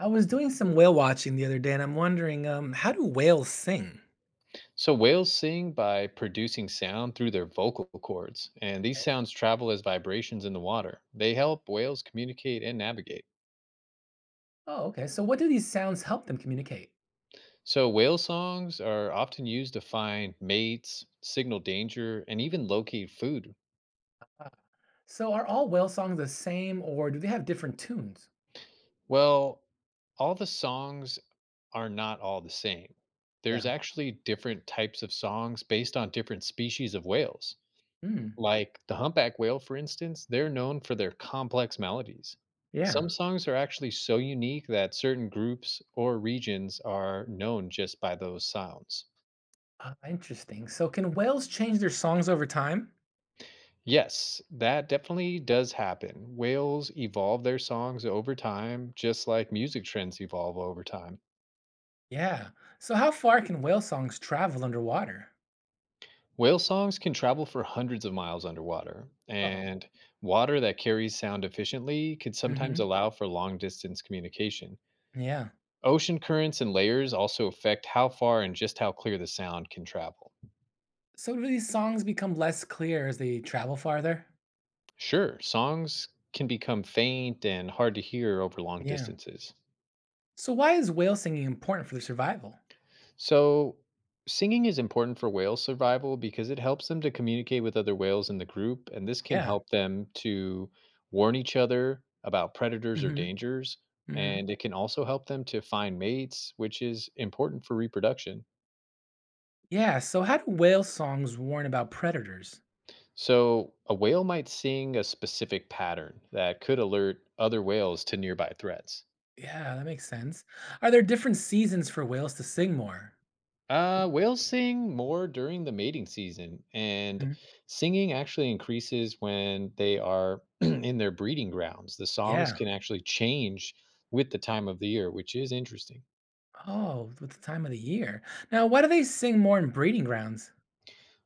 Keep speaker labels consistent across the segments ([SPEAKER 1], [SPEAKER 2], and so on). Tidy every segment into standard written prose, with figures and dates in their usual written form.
[SPEAKER 1] I was doing some whale watching the other day, and I'm wondering, how do whales sing?
[SPEAKER 2] So whales sing by producing sound through their vocal cords, and these
[SPEAKER 1] Okay.
[SPEAKER 2] sounds travel as vibrations in the water. They help whales communicate and navigate.
[SPEAKER 1] Oh, okay. So what do these sounds help them communicate?
[SPEAKER 2] So whale songs are often used to find mates, signal danger, and even locate food.
[SPEAKER 1] Ah, so are all whale songs the same or do they have different tunes?
[SPEAKER 2] Well, all the songs are not all the same. There's
[SPEAKER 1] Yeah.
[SPEAKER 2] actually different types of songs based on different species of whales.
[SPEAKER 1] Hmm.
[SPEAKER 2] Like the humpback whale, for instance, they're known for their complex melodies.
[SPEAKER 1] Yeah.
[SPEAKER 2] Some songs are actually so unique that certain groups or regions are known just by those sounds.
[SPEAKER 1] Ah, interesting. So can whales change their songs over time?
[SPEAKER 2] Yes, that definitely does happen. Whales evolve their songs over time, just like music trends evolve over time.
[SPEAKER 1] Yeah. So how far can whale songs travel underwater?
[SPEAKER 2] Whale songs can travel for hundreds of miles underwater,
[SPEAKER 1] Oh,
[SPEAKER 2] and water that carries sound efficiently could
[SPEAKER 1] hmm.
[SPEAKER 2] sometimes allow for long distance communication.
[SPEAKER 1] Yeah.
[SPEAKER 2] Ocean currents and layers also affect how far and just how clear the sound can travel.
[SPEAKER 1] So do these songs become less clear as they travel farther?
[SPEAKER 2] Sure, songs can become faint and hard to hear over long
[SPEAKER 1] Yeah.
[SPEAKER 2] distances.
[SPEAKER 1] So why is whale singing important for their survival?
[SPEAKER 2] So, singing is important for whale survival because it helps them to communicate with other whales in the group, and this can
[SPEAKER 1] Yeah.
[SPEAKER 2] help them to warn each other about predators or
[SPEAKER 1] Mm-hmm.
[SPEAKER 2] dangers.
[SPEAKER 1] Mm-hmm.
[SPEAKER 2] And it can also help them to find mates, which is important for reproduction.
[SPEAKER 1] Yeah, so how do whale songs warn about predators?
[SPEAKER 2] So, a whale might sing a specific pattern that could alert other whales to nearby threats.
[SPEAKER 1] Yeah, that makes sense. Are there different seasons for whales to sing more?
[SPEAKER 2] Whales sing more during the mating season, and
[SPEAKER 1] Mhm.
[SPEAKER 2] singing actually increases when they are in their breeding grounds. The songs
[SPEAKER 1] Yeah.
[SPEAKER 2] can actually change with the time of the year, which is interesting.
[SPEAKER 1] Oh, with the time of the year. Now, why do they sing more in breeding grounds?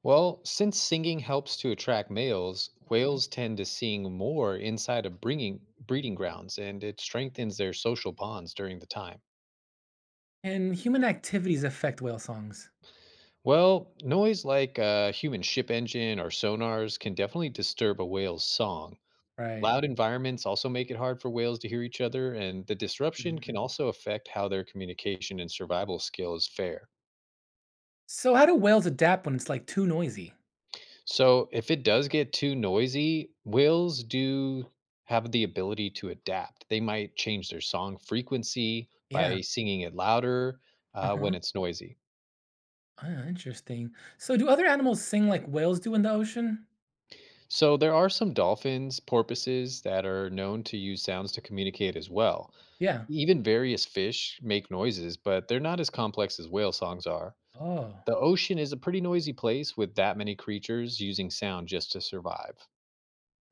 [SPEAKER 2] Well, since singing helps to attract males,
[SPEAKER 1] Mhm.
[SPEAKER 2] whales tend to sing more inside of bringing breeding grounds, and it strengthens their social bonds during the time.
[SPEAKER 1] Can human activities affect whale songs?
[SPEAKER 2] Well, noise like a human ship engine or sonars can definitely disturb a whale's song.
[SPEAKER 1] Right.
[SPEAKER 2] Loud environments also make it hard for whales to hear each other, and the disruption
[SPEAKER 1] Mhm.
[SPEAKER 2] can also affect how their communication and survival skills fare.
[SPEAKER 1] So how do whales adapt when it's like too noisy?
[SPEAKER 2] So, if it does get too noisy, whales do have the ability to adapt. They might change their song frequency
[SPEAKER 1] Yeah.
[SPEAKER 2] by singing it louder
[SPEAKER 1] Uh huh.
[SPEAKER 2] when it's noisy.
[SPEAKER 1] Ah, interesting. So do other animals sing like whales do in the ocean?
[SPEAKER 2] So, there are some dolphins, porpoises that are known to use sounds to communicate as well.
[SPEAKER 1] Yeah.
[SPEAKER 2] Even various fish make noises, but they're not as complex as whale songs are.
[SPEAKER 1] Oh,
[SPEAKER 2] The ocean is a pretty noisy place with that many creatures using sound just to survive.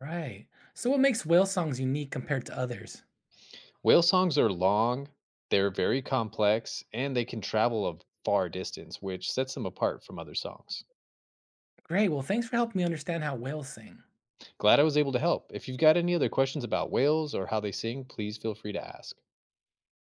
[SPEAKER 1] right. So what makes whale songs unique compared to others?
[SPEAKER 2] Whale songs are long, they're very complex, and they can travel a far distance, which sets them apart from other songs.
[SPEAKER 1] Great. Well, thanks for helping me understand how whales sing.
[SPEAKER 2] Glad I was able to help. If you've got any other questions about whales or how they sing, please feel free to ask.